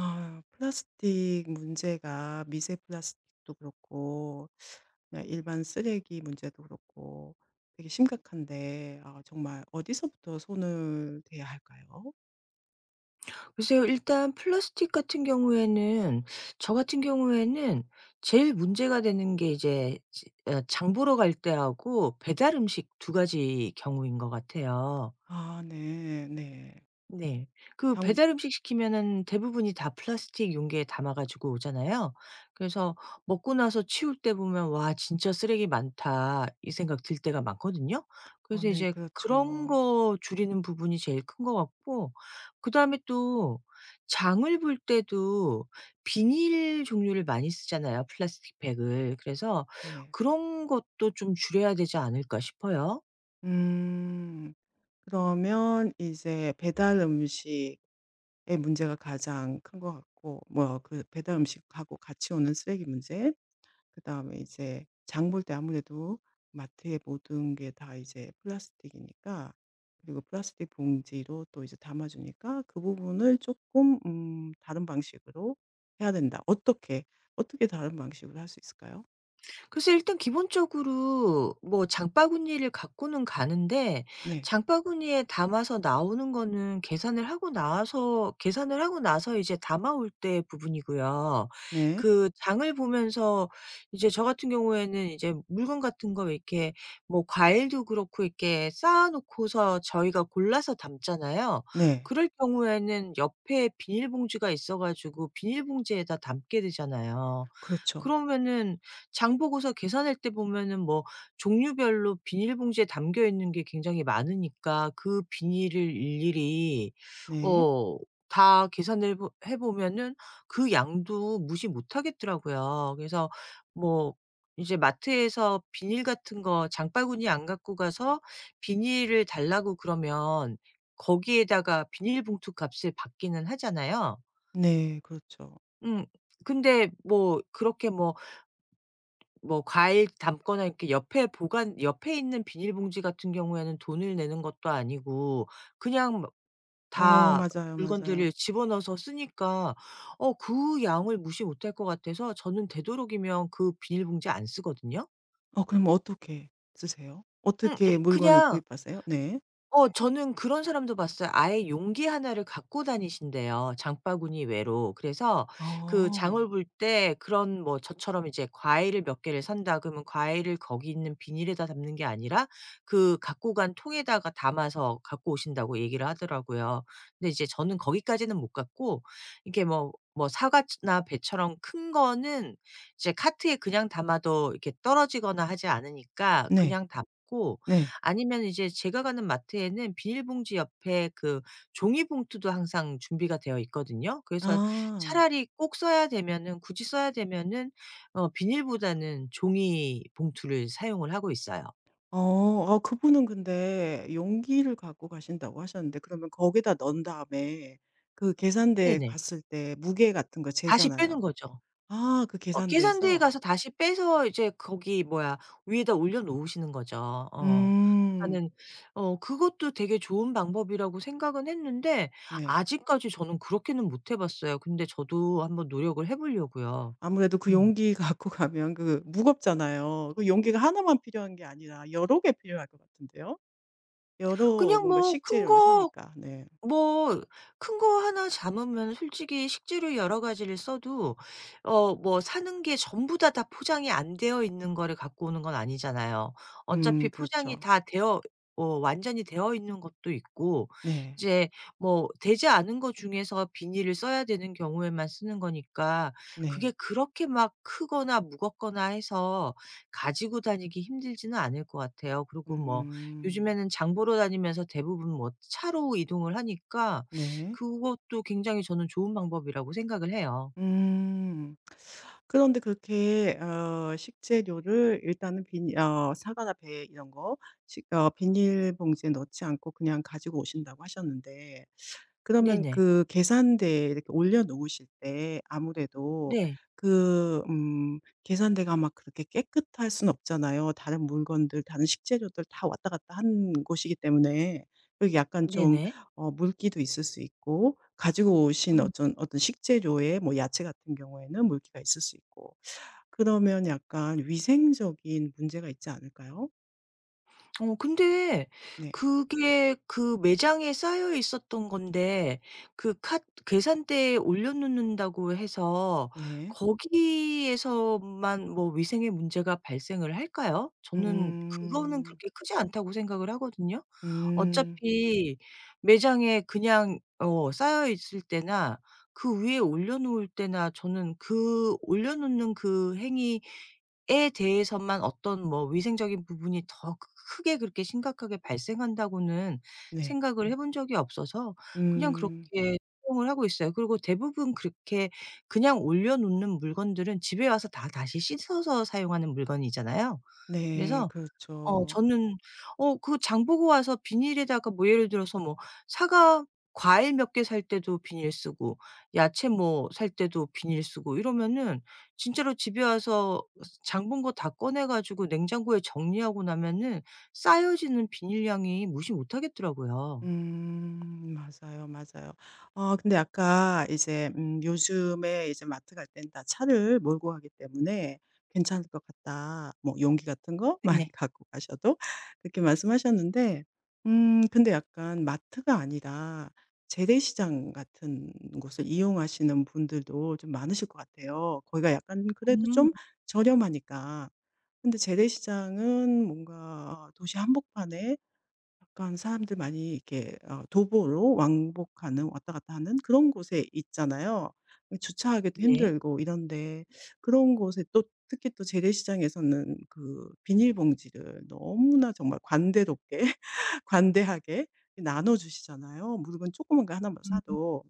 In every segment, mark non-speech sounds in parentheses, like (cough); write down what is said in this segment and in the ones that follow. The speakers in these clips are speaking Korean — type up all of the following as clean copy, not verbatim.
아, 플라스틱 문제가 미세 플라스틱도 그렇고 그냥 일반 쓰레기 문제도 그렇고 되게 심각한데 아, 정말 어디서부터 손을 대야 할까요? 글쎄요. 일단 플라스틱 같은 경우에는 저 같은 경우에는 제일 문제가 되는 게 이제 지 어 장 보러 갈 때하고 배달 음식 2가지 경우인 것 같아요. 아, 네, 네. 네. 그 장, 배달 음식 시키면은 대부분이 다 플라스틱 용기에 담아 가지고 오잖아요. 그래서 먹고 나서 치울 때 보면 '와, 진짜 쓰레기 많다.' 이 생각 들 때가 많거든요. 어, 그래서 네, 이제 그런 그렇죠. 거 줄이는 부분이 제일 큰 것 같고, 그다음에 또 장을 볼 때도 비닐 종류를 많이 쓰잖아요, 플라스틱 팩을. 그래서 네. '그런 것도 좀 줄여야 되지 않을까?' 싶어요. 음, 그러면 이제 배달 음식의 문제가 가장 큰 것 같고, 뭐, 그 배달 음식하고 같이 오는 쓰레기 문제. 그다음에 이제 장볼 때 아무래도 마트의 모든 게 다 이제 플라스틱이니까 그리고 플라스틱 봉지로 또 이제 담아 주니까 그 부분을 조금 다른 방식으로 해야 된다. 어떻게 다른 방식으로 할 수 있을까요? 그래서 일단 기본적으로 뭐 장바구니를 갖고는 가는데, 네. 장바구니에 담아서 나오는 거는 계산을 하고 나서 이제 담아올 때 부분이고요. 네. 그 장을 보면서 이제 저 같은 경우에는 이제 물건 같은 거 이렇게 뭐 과일도 그렇고 이렇게 쌓아 놓고서 저희가 골라서 담잖아요. 네. 그럴 경우에는 옆에 비닐봉지가 있어 가지고 비닐봉지에다 담게 되잖아요. 그렇죠. 그러면은 장 보고서 계산할 때 보면은 뭐 종류별로 비닐봉지에 담겨 있는 게 굉장히 많으니까, 그 비닐을 일일이 네. 어 다 계산을 보 해 보면은 그 양도 무시 못하겠더라고요. 그래서 뭐 이제 마트에서 비닐 같은 거 장바구니 안 갖고 가서 비닐을 달라고 그러면 거기에다가 비닐봉투 값을 받기는 하잖아요. 네. 그렇죠. 음. 근데 뭐 그렇게 뭐 과일 담거나 이렇게 옆에 있는 비닐봉지 같은 경우에는 돈을 내는 것도 아니고 그냥 막 다 맞아요, 맞아요. 물건들을 집어넣어서 쓰니까, 그 양을 무시 못할 것 같아서 저는 되도록이면 그 비닐봉지 안 쓰거든요. 그럼 어떻게 쓰세요? 어떻게 일 물건을 그냥 구입하세요? 네. 저는 그런 사람도 봤어요. 아예 용기 하나를 갖고 다니신대요, 장바구니 외로. 그래서 그 장을 어. 볼 때 그런 뭐 저처럼 이제 과일을 몇 개를 산다 그러면 과일을 거기 있는 비닐에다 담는 게 아니라 그 갖고 간 통에다가 담아서 갖고 오신다고 얘기를 하더라고요. 근데 이제 저는 거기까지는 못 갔고, 이게 뭐 사과나 배처럼 큰 거는 이제 카트에 그냥 담아도 이렇게 떨어지거나 하지 않으니까 네. 그냥 담고, 네. 아니면 이제 제가 가는 마트에는 비닐봉지 옆에 그 종이봉투도 항상 준비가 되어 있거든요. 그래서 아. 차라리 꼭 써야 되면은 굳이 써야 되면은 비닐보다는 종이봉투를 사용을 하고 있어요. 어. 그분은 근데 용기를 갖고 가신다고 하셨는데 그러면 거기다 넣은 다음에 그 계산대에 네네. 갔을 때 무게 같은 거 다시 빼는 재잖아요. 거죠. 아, 그 계산 대에 가서 계산대에서? 다시 빼서 이제 거기 뭐야 위에다 올려 놓으시는 거죠. 어. 음. 그러니까는 그것도 되게 좋은 방법이라고 생각은 했는데 네. 아직까지 저는 그렇게는 못해 봤어요. 근데 저도 한번 노력을 해 보려고요. 아무래도 그 음. 용기 (laughs) 갖고 가면 그 무겁잖아요. 그 용기가 하나만 필요한 게 아니라 여러 개 필요할 것 같은데요. 여러 그냥 뭔가 뭐큰 식재료를 거 사니까. 네. 뭐 큰 거 하나 잡으면 솔직히 식재료 여러 가지를 써도, 뭐 사는 게 전부 다 포장이 안 되어 있는 거를 갖고 오는 건 아니잖아요. 어차피 포장이 그렇죠. 다 되어, 완전히 되어 있는 것도 있고, 네. 이제 뭐 되지 않은 거 중에서 비닐을 써야 되는 경우에만 쓰는 거니까, 그게 네. 그렇게 막 크거나 무겁거나 해서 가지고 다니기 힘들지는 않을 것 같아요. 그리고 뭐 음. 요즘에는 장 보러 다니면서 대부분 뭐 차로 이동을 하니까 네. 그것도 굉장히 저는 좋은 방법이라고 생각을 해요. 음. 그런데 그렇게 식재료를 일단은 비닐 사과나 배 이런 거 식 어 비닐봉지에 넣지 않고 그냥 가지고 오신다고 하셨는데 그러면 네네. 그 계산대에 이렇게 올려 놓으실 때 아무래도 네. 그 음 계산대가 막 그렇게 깨끗할 순 없잖아요. 다른 물건들 다른 식재료들 다 왔다 갔다 한 곳이기 때문에 여기 약간 좀 네네. 물기도 있을 수 있고 가지고 오신 음. 어떤 식재료에 뭐 야채 같은 경우에는 물기가 있을 수 있고 그러면 약간 위생적인 문제가 있지 않을까요? 근데 네. 그게 그 매장에 쌓여 있었던 건데 그 카 계산대에 올려 놓는다고 해서 네. 거기에서만 뭐 위생의 문제가 발생을 할까요? 저는 그거는 음. 그렇게 크지 않다고 생각을 하거든요. 음. 어차피 매장에 그냥 쌓여 있을 때나 그 위에 올려 놓을 때나, 저는 그 올려 놓는 그 행위 에 대해서만 어떤 뭐 위생적인 부분이 더 크게 그렇게 심각하게 발생한다고는 네. 생각을, 네, 해 본 적이 없어서 그냥 음. 그렇게 사용을 하고 있어요. 그리고 대부분 그렇게 그냥 올려 놓는 물건들은 집에 와서 다 다시 씻어서 사용하는 물건이잖아요. 네. 그래서 그렇죠. 저는 그 장 보고 와서 비닐에다가 뭐 예를 들어서 뭐 사과 과일 몇 개 살 때도 비닐 쓰고 야채 뭐 살 때도 비닐 쓰고 이러면은, 진짜로 집에 와서 장본 거 다 꺼내 가지고 냉장고에 정리하고 나면은 쌓여지는 비닐량이 무시 못 하겠더라고요. 음. 맞아요, 맞아요. 아, 근데 아까 이제 "요즘에 이제 마트 갈 땐 다 차를 몰고 가기 때문에 괜찮을 것 같다." 뭐 용기 같은 거 많이 네네. (laughs) 갖고 가셔도 그렇게 말씀하셨는데 근데 약간 마트가 아니라 재래시장 같은 곳을 이용하시는 분들도 좀 많으실 것 같아요. 거기가 약간 그래도 음. 좀 저렴하니까. 근데 재래시장은 뭔가 도시 한복판에 약간 사람들 많이 이렇게 도보로 왕복하는 왔다 갔다 하는 그런 곳에 있잖아요. 주차하기도 네. 힘들고 이런데 그런 곳에 또 특히 또 재래시장에서는 그 비닐봉지를 너무나 정말 관대롭게 (laughs) 관대하게 나눠주시잖아요. 물건 조그만 거 하나만 사도.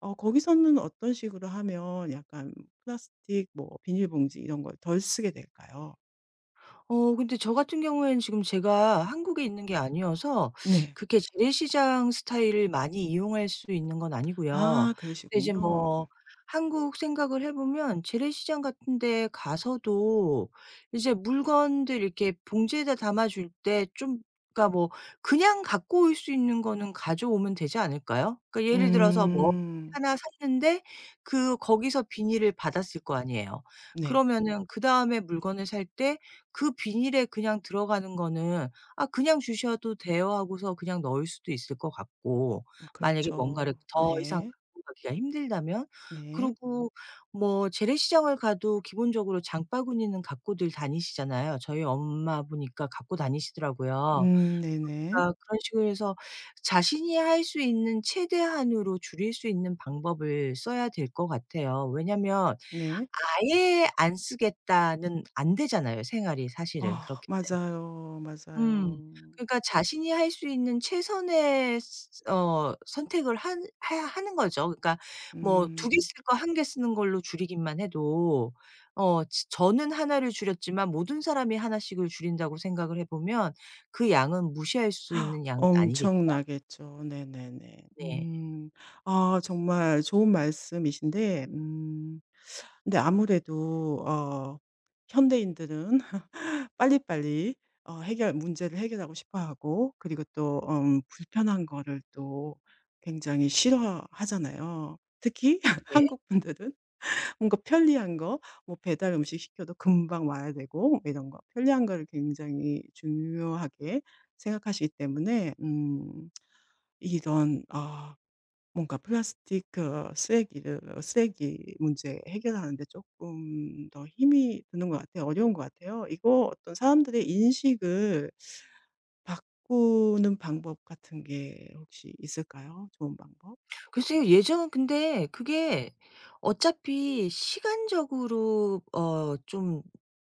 거기서는 어떤 식으로 하면 약간 플라스틱 뭐 비닐봉지 이런 걸 덜 쓰게 될까요? 근데 저 같은 경우에는 지금 제가 한국에 있는 게 아니어서 네. 그렇게 재래시장 스타일을 많이 이용할 수 있는 건 아니고요. 아, 근데 이제 그러시군요. 뭐 한국 생각을 해 보면 재래시장 같은 데 가서도 이제 물건들 이렇게 봉지에다 담아 줄 때 좀, 그러니까 뭐 그냥 갖고 올 수 있는 거는 가져오면 되지 않을까요? 그러니까 예를 들어서 뭐 음. 하나 샀는데 그 거기서 비닐을 받았을 거 아니에요. 네. 그러면은 그다음에 물건을 살때 그 비닐에 그냥 들어가는 거는 '아, 그냥 주셔도 돼요.' 하고서 그냥 넣을 수도 있을 것 같고, 만약에 뭔가를 그렇죠. 더 이상 네. 갖고 가기가 힘들다면. 네. 그리고 뭐 재래시장을 가도 기본적으로 장바구니는 갖고들 다니시잖아요. 저희 엄마 보니까 갖고 다니시더라고요. 음, 네네. 그러니까 그런 식으로 해서 자신이 할 수 있는 최대한으로 줄일 수 있는 방법을 써야 될 것 같아요. 왜냐면 네. 아예 안 쓰겠다는 안 되잖아요, 생활이 사실은 아, 그렇게. 맞아요, 맞아요. 음. 그러니까 자신이 할 수 있는 최선의 스 어 선택을 한 해 하는 거죠. 그러니까 뭐 2개 음. 쓸 거 1개 쓰는 걸로 줄이기만 해도, 어 지 저는 하나를 줄였지만 모든 사람이 하나 씩을 줄인다고 생각을 해 보면 그 양은 무시할 수 있는 양은 아니겠죠. 엄청나겠죠. 네네네. 네. 음. 아, 정말 좋은 말씀이신데 근데 아무래도 현대인들은 (laughs) 빨리빨리 어 해결 문제를 해결하고 싶어 하고 그리고 또 불편한 거를 또 굉장히 싫어하잖아요. 특히 (laughs) 네. 한국 분들은 뭔가 편리한 거 뭐 배달 음식 시켜도 금방 와야 되고 뭐 이런 거 편리한 거를 굉장히 중요하게 생각하시기 때문에 이런 뭔가 플라스틱 그 쓰레기 문제 해결하는 데 조금 더 힘이 드는 것 같아요. 어려운 것 같아요. 이거 어떤 사람들의 인식을 바꾸는 방법 같은 게 혹시 있을까요? 좋은 방법? 글쎄요. 예전은 근데 그게 어차피 시간적으로 좀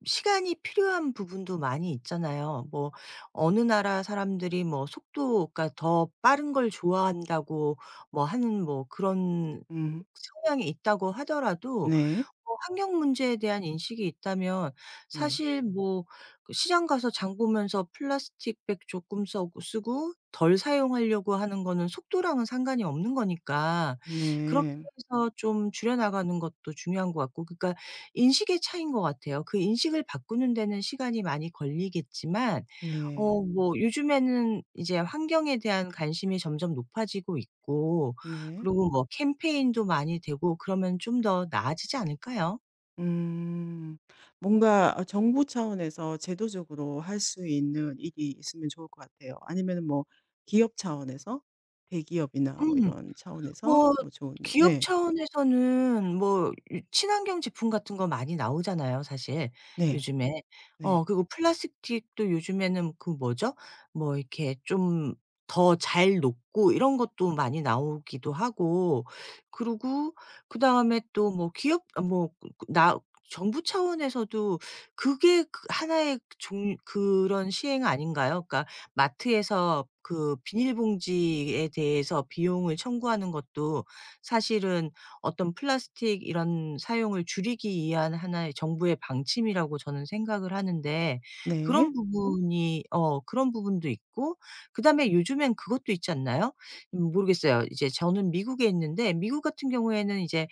시간이 필요한 부분도 많이 있잖아요. 뭐 어느 나라 사람들이 뭐 속도가 더 빠른 걸 좋아한다고 뭐 하는 뭐 그런 음. 성향이 있다고 하더라도, 네. 환경 문제에 대한 인식이 있다면 네. 사실 뭐 그 시장 가서 장 보면서 플라스틱백 조금 써고 쓰고 덜 사용하려고 하는 거는 속도랑은 상관이 없는 거니까, 그렇게 네. 해서 좀 줄여 나가는 것도 중요한 것 같고, 그러니까 인식의 차이인 것 같아요. 그 인식을 바꾸는 데는 시간이 많이 걸리겠지만, 네. 뭐 요즘에는 이제 환경에 대한 관심이 점점 높아지고 있고 네. 그리고 뭐 캠페인도 많이 되고 그러면 좀 더 나아지지 않을까요? 음. 뭔가 정부 차원에서 제도적으로 할 수 있는 일이 있으면 좋을 것 같아요. 아니면 뭐 기업 차원에서 대기업이나 뭐 음. 이런 차원에서 뭐 뭐 좋은 일. 기업 네. 차원에서는 뭐 유 친환경 제품 같은 거 많이 나오잖아요, 사실 네. 요즘에. 네. 그리고 플라스틱도 요즘에는 그 뭐죠? 뭐 이렇게 좀 더 잘 녹고 이런 것도 많이 나오기도 하고 그러고, 그다음에 또 뭐 기업 아뭐 그, 그 나 정부 차원에서도 그게 그 하나의 그 종 그런 시행 아닌가요? 그러니까 마트에서 그 비닐봉지에 대해서 비용을 청구하는 것도 사실은 어떤 플라스틱 이런 사용을 줄이기 위한 하나의 정부의 방침이라고 저는 생각을 하는데, 그런 네. 부분이 어 그런 부분도 있고, 그다음에 요즘엔 그것도 있지 않나요? 모르겠어요. 이제 저는 미국에 있는데 미국 같은 경우에는 이제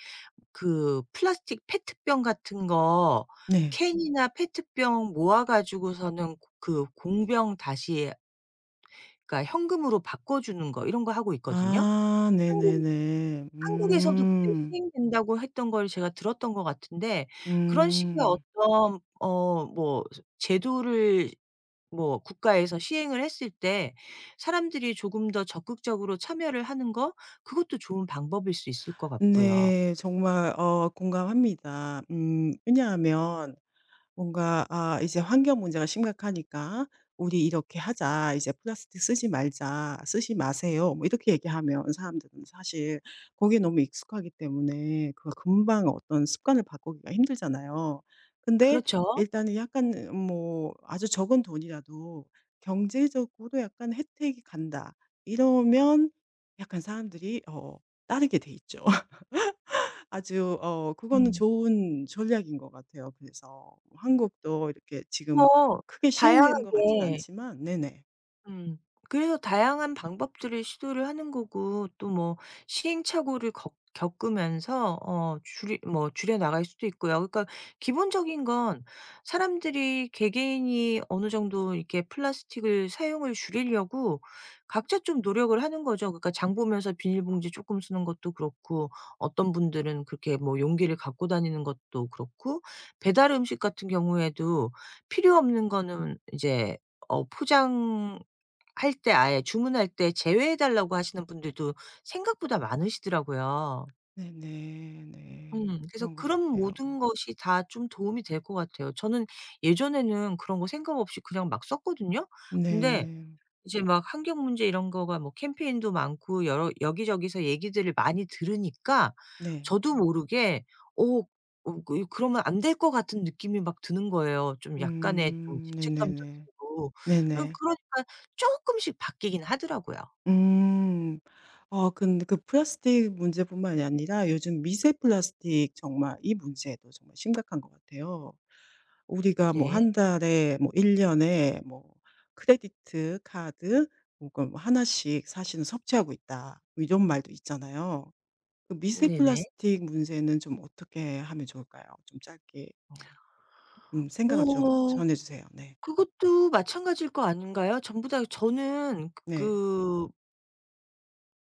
그 플라스틱 페트병 같은 거, 네. 캔이나 페트병 모아 가지고서는 그 공병 다시, 그러니까 현금으로 바꿔 주는 거 이런 거 하고 있거든요. 아, 한국 네네네. 한국에서도 그때 음. 시행된다고 했던 걸 제가 들었던 것 같은데, 그런 식의 음. 어떤 뭐 제도를, 뭐 국가에서 시행을 했을 때 사람들이 조금 더 적극적으로 참여를 하는 거, 그것도 좋은 방법일 수 있을 것 같고요. 네. 정말 공감합니다. 왜냐하면 뭔가 이제 환경 문제가 심각하니까 "우리 이렇게 하자. 이제 플라스틱 쓰지 말자. 쓰지 마세요." 뭐 이렇게 얘기하면 사람들은 사실 거기에 너무 익숙하기 때문에 그 금방 어떤 습관을 바꾸기가 힘들잖아요. 근데 그렇죠. 일단은 약간 뭐 아주 적은 돈이라도 '경제적으로 약간 혜택이 간다.' 이러면 약간 사람들이 따르게 돼 있죠. 아주 그거는 음. 좋은 전략인 것 같아요. 그래서 한국도 이렇게 지금 뭐 크게 시행되는 것 같진 다양하게. 않지만 네네. 음. 그래서 다양한 방법들을 시도를 하는 거고, 또 뭐 시행착오를 겪 겪으면서 줄이 뭐 줄여 나갈 수도 있고요. 그러니까 기본적인 건 사람들이 개개인이 어느 정도 이렇게 플라스틱을 사용을 줄이려고 각자 좀 노력을 하는 거죠. 그러니까 장 보면서 비닐봉지 조금 쓰는 것도 그렇고, 어떤 분들은 그렇게 뭐 용기를 갖고 다니는 것도 그렇고, 배달 음식 같은 경우에도 필요 없는 거는 이제 포장 할 때 아예 주문할 때 제외해 달라고 하시는 분들도 생각보다 많으시더라고요. 네네. 네. 그래서 그런 것 그런 같아요. 모든 것이 다 좀 도움이 될 것 같아요. 저는 예전에는 그런 거 생각 없이 그냥 막 썼거든요. 근데 네. 이제 막 환경 문제 이런 거가 뭐 캠페인도 많고 여러 여기저기서 얘기들을 많이 들으니까, 네. 저도 모르게 어 그러면 안 될 것 같은 느낌이 막 드는 거예요. 좀 약간의 좀 음. 죄책감도 네네네. 들고. 네네. 그러니까 쪼끔씩 바뀌긴 하더라고요. 음. 어 근데 그 플라스틱 문제뿐만이 아니라 요즘 미세 플라스틱 정말 이 문제도 정말 심각한 것 같아요. 우리가 뭐 네. 한 달에 뭐 1년 년에 뭐 크레디트 카드 혹은 뭐 하나씩 사실은 섭취하고 있다." 뭐 이런 말도 있잖아요. 그 미세 네네. 플라스틱 문제는 좀 어떻게 하면 좋을까요? 좀 짧게 생각을 좀 어 전해 주세요. 네. 그것도 마찬가지일 거 아닌가요? 전부 다 저는 네.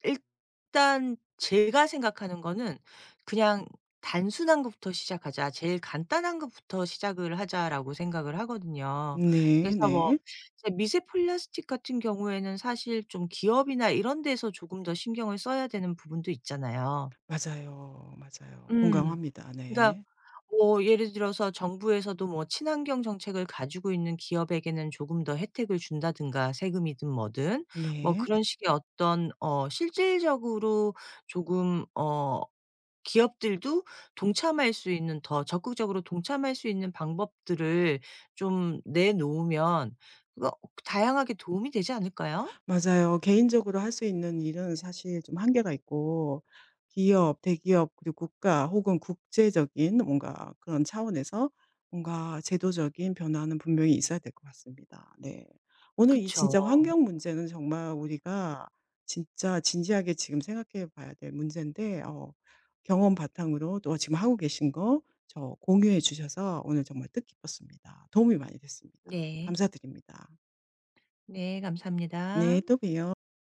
일단 제가 생각하는 거는 그냥 '단순한 것부터 시작하자. 제일 간단한 것부터 시작을 하자.'라고 생각을 하거든요. 네 그래서 뭐 네. 이제 미세 플라스틱 같은 경우에는 사실 좀 기업이나 이런 데서 조금 더 신경을 써야 되는 부분도 있잖아요. 맞아요, 맞아요. 음. 공감합니다. 그러니까 네. 뭐 예를 들어서 정부에서도 뭐 친환경 정책을 가지고 있는 기업에게는 조금 더 혜택을 준다든가 세금이든 뭐든 뭐 네. 그런 식의 어떤, 실질적으로 조금 기업들도 동참할 수 있는 더 적극적으로 동참할 수 있는 방법들을 좀 내놓으면 그거 다양하게 도움이 되지 않을까요? 맞아요. 개인적으로 할 수 있는 일은 사실 좀 한계가 있고 기업, 대기업 그리고 국가 혹은 국제적인 뭔가 그런 차원에서 뭔가 제도적인 변화는 분명히 있어야 될 것 같습니다. 네. 오늘 이 그쵸. 진짜 환경 문제는 정말 우리가 진짜 진지하게 지금 생각해 봐야 될 문제인데 경험 바탕으로 또 지금 하고 계신 거 저 공유해 주셔서 오늘 정말 뜻깊었습니다. 도움이 많이 됐습니다. 네, 감사드립니다. 네 감사합니다. 네, 또 봬요.